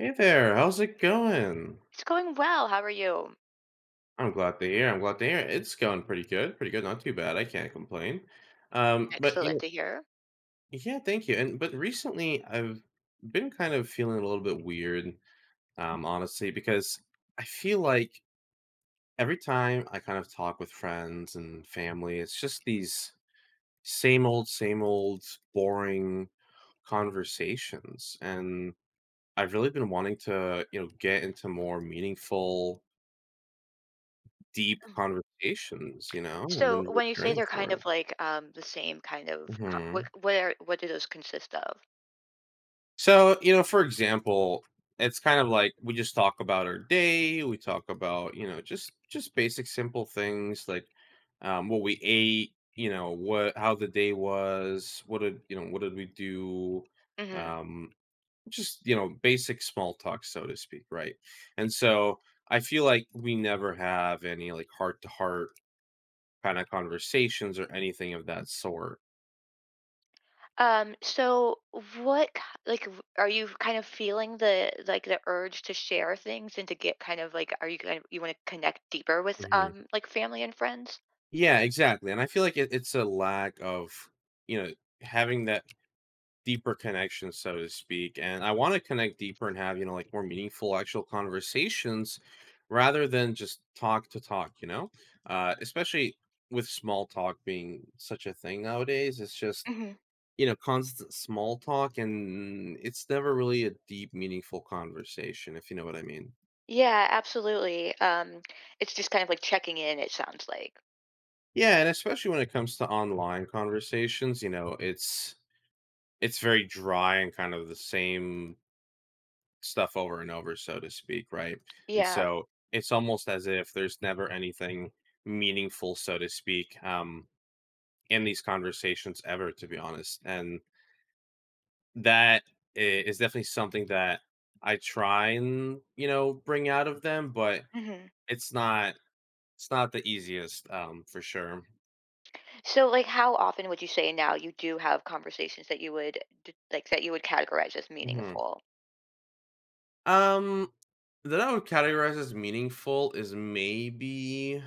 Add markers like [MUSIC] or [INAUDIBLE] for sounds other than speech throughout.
Hey there, how's it going? It's going well. How are you? I'm glad to hear. I'm glad to hear. It's going pretty good, pretty good, not too bad. I can't complain. But Excellent to hear. yeah, thank you. And but recently, I've been kind of feeling a little bit weird, honestly, because I feel like every time I kind of talk with friends and family, it's just these same old, boring conversations, and I've really been wanting to, you know, get into more meaningful deep Mm. conversations. I've So, been really when you say yearning they're for kind of it. like the same kind of, what Mhm. what are what do those consist of? So, you know, for example, it's kind of like we just talk about our day, we talk about, you know, just basic simple things like what we ate, you know, what how the day was, you know, what did we do? hmm Um just, you know, basic small talk, so to speak, right? And so I feel like we never have any like heart to heart kind of conversations or anything of that sort. So, what k- like w- are you kind of feeling the like the urge to share things and to get kind of like are you kind of you want to connect deeper with Mhm. Like family and friends? Yeah, exactly, and I feel like it's a lack of, you know, having that deeper connection, so to speak, and I wanna connect deeper and have, you know, like, more meaningful actual conversations rather than just talk to talk, you know? Especially with small talk being such a thing nowadays, it's just, hmm you know, constant small talk, and it's never really a deep, meaningful conversation, if you know what I mean. Yeah, absolutely. It's just kind of like checking in. It sounds like. Yeah, and especially when it comes to online conversations, you know, it's very dry and kind of the same stuff over and over, so to speak, right? And Yeah. so it's almost as if there's never anything meaningful, so to speak, in these conversations ever, to be honest. And that is definitely something that I try and, you know, bring out of them, but it's not it's not the easiest, for sure. So, like, how often would you say now you do have conversations that you would like that you would categorize as Mhm. meaningful? Um, that I would categorize as meaningful is maybe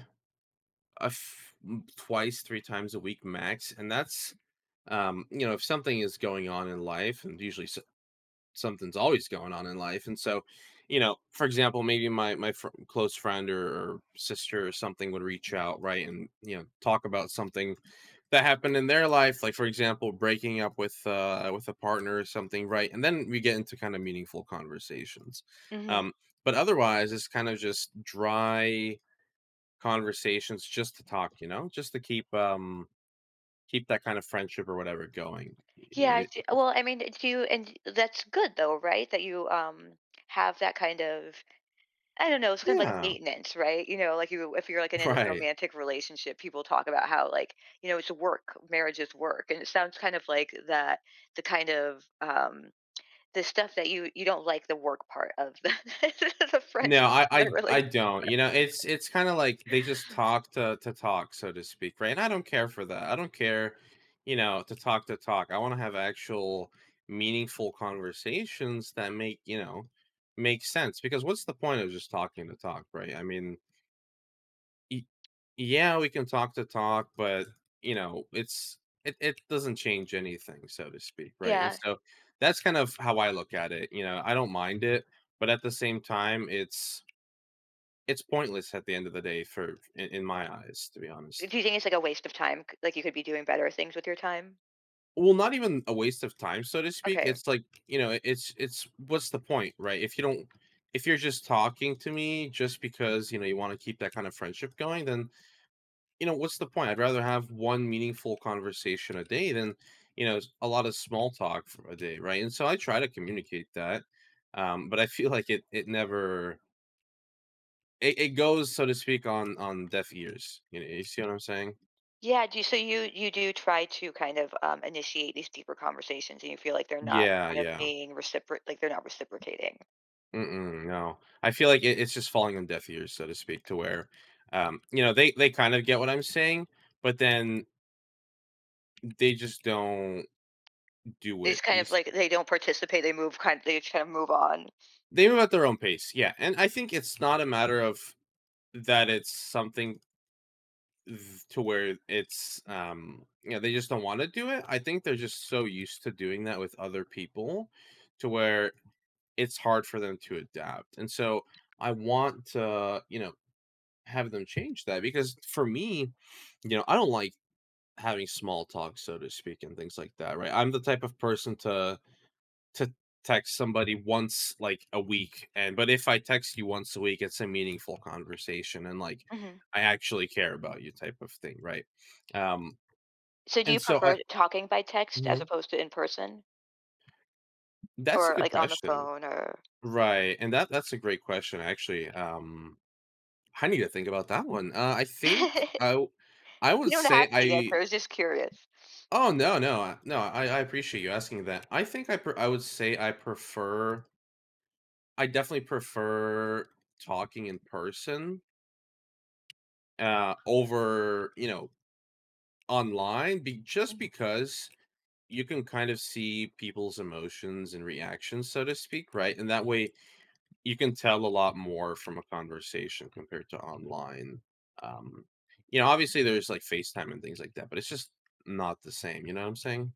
twice, three times a week max, and that's you know, if something is going on in life, and usually something's always going on in life, and so, you know, for example, maybe close friend or sister or something would reach out, right, and you know, talk about something that happened in their life, like for example, breaking up with a partner or something, right, and then we get into kind of meaningful conversations. hmm Um, but otherwise, it's kind of just dry conversations just to talk, you know, just to keep keep that kind of friendship or whatever going. Yeah, Y- I y- well, I mean, do you, and that's good though, right? That you have that kind of, I don't know, it's kind of like a Yeah. maintenance, right? You know, like you, if you're like in [LAUGHS] a Right. romantic relationship, people talk about how like, you know, it's work, marriage is work, and it sounds kind of like that, the kind of the stuff that you don't like the work part of the [LAUGHS] the No, friendship, I and the I I relation. don't. You know, it's kind of like they just talk to talk, so to speak, right? And I don't care for that. I don't care, you know, to talk to talk. I want to have actual meaningful conversations that make, you know, make sense, because what's the point of just talking to talk, right? I mean, Y yeah, we can talk the talk, but, you know, it's it doesn't change anything, so to speak, right? And Yeah. so, that's kind of how I look at it, you know, I don't mind it, but at the same time, it's pointless at the end of the day for in my eyes, to be honest. Do you think it's like a waste of time? Like you could be doing better things with your time? Well, not even a waste of time, so to speak, Okay. it's like, you know, it's what's the point, right? If you're just talking to me just because, you know, you wanna keep that kind of friendship going, then you know, what's the point? I'd rather have one meaningful conversation a day than, you know, a lot of small talk for a day, right? And so I try to communicate that, but I feel like it never it goes, so to speak, on deaf ears. You know, you see what I'm saying? Yeah, do you, so you do try to kind of initiate these deeper conversations and you feel like they're not Yeah, kind of yeah. being reciproc like they're not reciprocating. Mm-mm, no, I feel like it's just falling on deaf ears, so to speak, to where, you know, they kind of get what I'm saying, but then they just don't do They it. just kind You of see, like they don't participate, they just kind of move on. they move at their own pace, yeah. And I think it's not a matter of that. It's something th to where it's, you know, they just don't wanna do it. I think they're just so used to doing that with other people to where it's hard for them to adapt, and so I want to, you know, have them change that because for me, you know, I don't like having small talk, so to speak, and things like that, right? I'm the type of person to text somebody once like a week, and but if I text you once a week, it's a meaningful conversation, and like hmm I actually care about you type of thing, right? um So do you and so I prefer talking by text as Mhm. opposed to in person That's a or good like on the question. phone or Right and that's a great question, actually. I need to think about that one. [LAUGHS] You I would don't say have to I— answer, I was just curious. oh, no, no, no, I appreciate you asking that. I would say I prefer— I definitely prefer talking in person, over, you know, online, just because you can kind of see people's emotions and reactions, so to speak, right? And that way you can tell a lot more from a conversation compared to online. um you know, obviously there's like FaceTime and things like that, but it's just not the same, you know what I'm saying?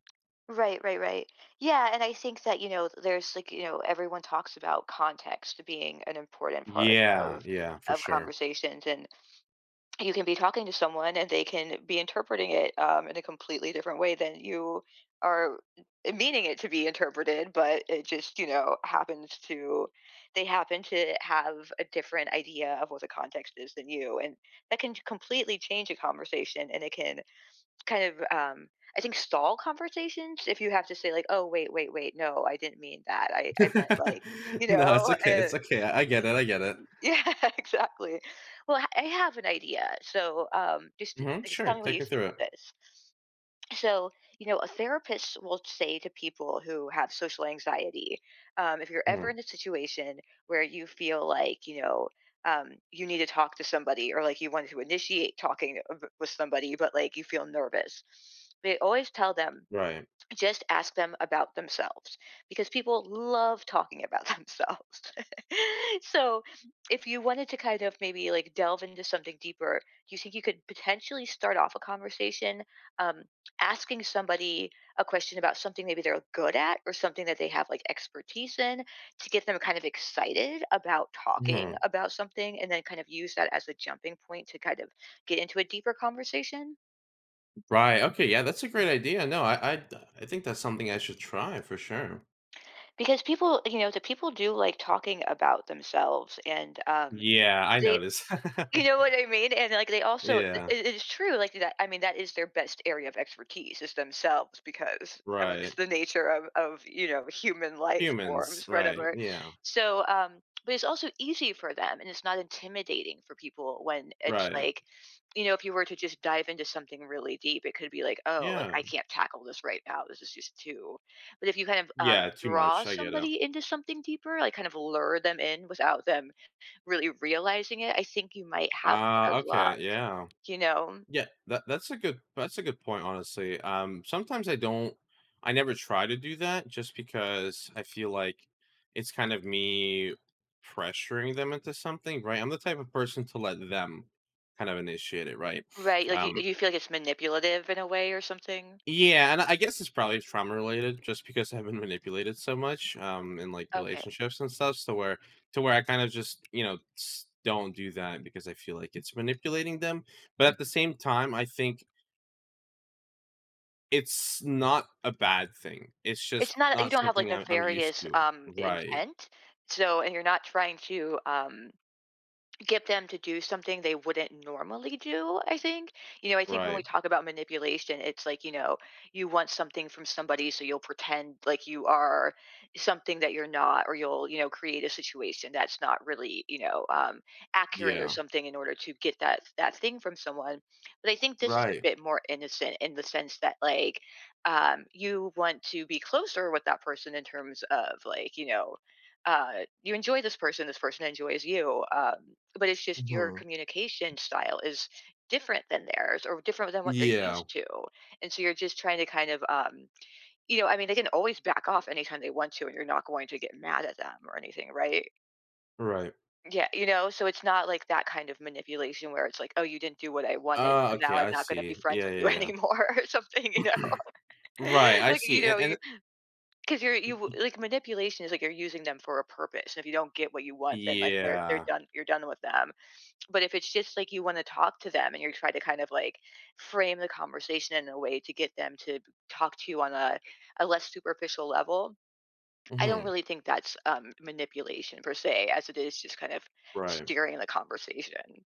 Right, right, right. Yeah, and I think that, you know, there's like, you know, everyone talks about context being an important part Yeah, of yeah, for sure. conversations and you can be talking to someone and they can be interpreting it in a completely different way than you are meaning it to be interpreted, but it just, you know, happens to they happen to have a different idea of what the context is than you, and that can completely change a conversation, and it can kind of, I think stall conversations if you have to say like, "Oh, wait, wait, wait, no, I didn't mean that. [LAUGHS] No, I meant like," you it's know, okay, it's okay, I get y it, I get it. [LAUGHS] yeah, exactly. Well, I have an idea, so, Hmm, just sure, tell me what take you me think through of it. this. So, you know, a therapist will say to people who have social anxiety, if you're ever Mhm. in a situation where you feel like, you know, you need to talk to somebody or like you want to initiate with somebody, but like you feel nervous, they always tell them Right. just ask them about themselves because people love talking about [LAUGHS] themselves. [LAUGHS] So, if you wanted to kind of maybe like delve into something deeper, do you think you could potentially start off a conversation um, asking somebody a question about something maybe they're good at or something that they have like expertise in to get them kind of excited about talking Mhm. about something and then kind of use that as a jumping point to kind of get into a deeper conversation? Right, okay, yeah, that's a great idea. No, I think that's something I should try for sure. Because the people do like talking about themselves, and, Yeah, I they notice. you know [LAUGHS] what I mean? And, like, they also Yeah, it is true, like, that I mean, that is their best area of expertise is themselves because of just right. the nature of you know, human life Humans, forms, right, whatever. yeah, So, but it's also easy for them, and it's not intimidating for people when it's right. like, you know, if you were to just dive into something really deep, it could be like, "Oh, like, I Yeah. can't tackle this right now. This is just too." But if you kind of, Yeah, too draw much, I get it. somebody into something deeper, like, kind of lure them in without them really realizing it, I think you might have Ah, better okay, luck, yeah. you know? Yeah, that's a good point, honestly. Sometimes I don't, I never try to do that just because I feel like it's kind of me pressuring them into something, right? I'm the type of person to let them kind of initiate it, right? Right, like, Um, you feel like it's manipulative in a way or something? yeah, and I guess it's probably trauma related, just because I've been manipulated so much, in like Okay, relationships and stuff, so where to where I kind of just, you know, don't do that because I feel like it's manipulating them. But at the mhm. same time, I think it's not a bad thing. It's just It's not you not don't have, like, something I'm used nefarious, to. Right, intent, so, and you're not trying to, get them to do something they wouldn't normally do. I think, you know, I think when we right, talk about manipulation, it's like, you know, you want something from somebody, so you'll pretend like you are something that you're not, or you'll, you know, create a situation that's not really, you know, accurate or yeah, something in order to get that thing from someone. But I think this is a right, bit more innocent in the sense that like, you want to be closer with that person in terms of like, you know, you enjoy this person enjoys you. But it's just your mhm, communication style is different than theirs or different than what they're yeah, used to. And so you're just trying to kind of, you know, I mean, they can always back off anytime they want to, and you're not going to get mad at them or anything, right? right. Yeah, you know, so it's not like that kind of manipulation where it's like, oh, you didn't do what I wanted, Ah, so now okay, I'm I not going to be see. friends Yeah, with you [LAUGHS] yeah, anymore or something, you yeah. know? [CLEARS THROAT] Right, [LAUGHS] I Like, you see, know, and 'cause you're you like, manipulation is like you're using them for a purpose, and if you don't get what you want, then, like, they're yeah, done you're done with them. But if it's just, like, you wanna talk to them and you're trying to kind of, like, frame the conversation in a way to get them to talk to you on a less superficial level, I don't mhm, really think that's, manipulation per se, as it is just kind of right. steering the conversation.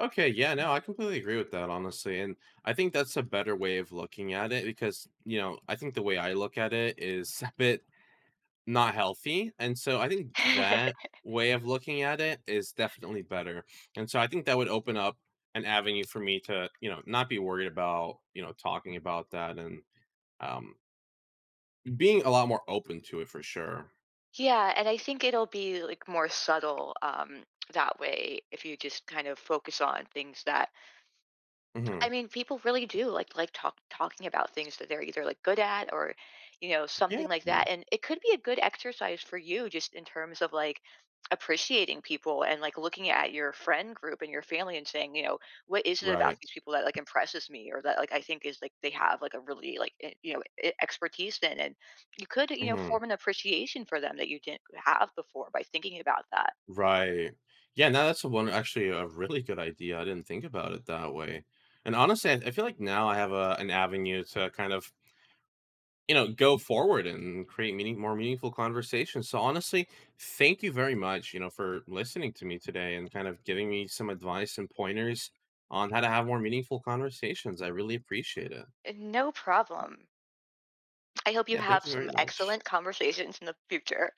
Okay, yeah, no, I completely agree with that, honestly, and I think that's a better way of looking at it because, you know, I think the way I look at it is [LAUGHS] a bit not healthy, and so I think that [LAUGHS] way of looking at it is definitely better, and so I think that would open up an avenue for me to, you know, not be worried about, you know, talking about that and, um, being a lot more open to it for sure. Yeah, and I think it'll be, like, more subtle, that way if you just kind of focus on things that I Mhm. mean, people really do like talking about things that they're either like good at or, you know, Yeah. something like that. And it could be a good exercise for you just in terms of like appreciating people and like looking at your friend group and your family and saying, you know, what is it about Right. these people that like impresses me or that like I think is like they have like a really like you know expertise in, and you could, you know, Mhm. form an appreciation for them that you didn't have before by thinking about that. Right. Yeah, now that's a one actually a really good idea, I didn't think about it that way, and honestly, I feel like now I have a an avenue to kind of, you know, go forward and create meaning more meaningful conversations. So honestly, thank you very much, you know, for listening to me today and kind of giving me some advice and pointers on how to have more meaningful conversations. I really appreciate it. No problem. I hope you Yeah, have thank you some very much. excellent conversations in the future.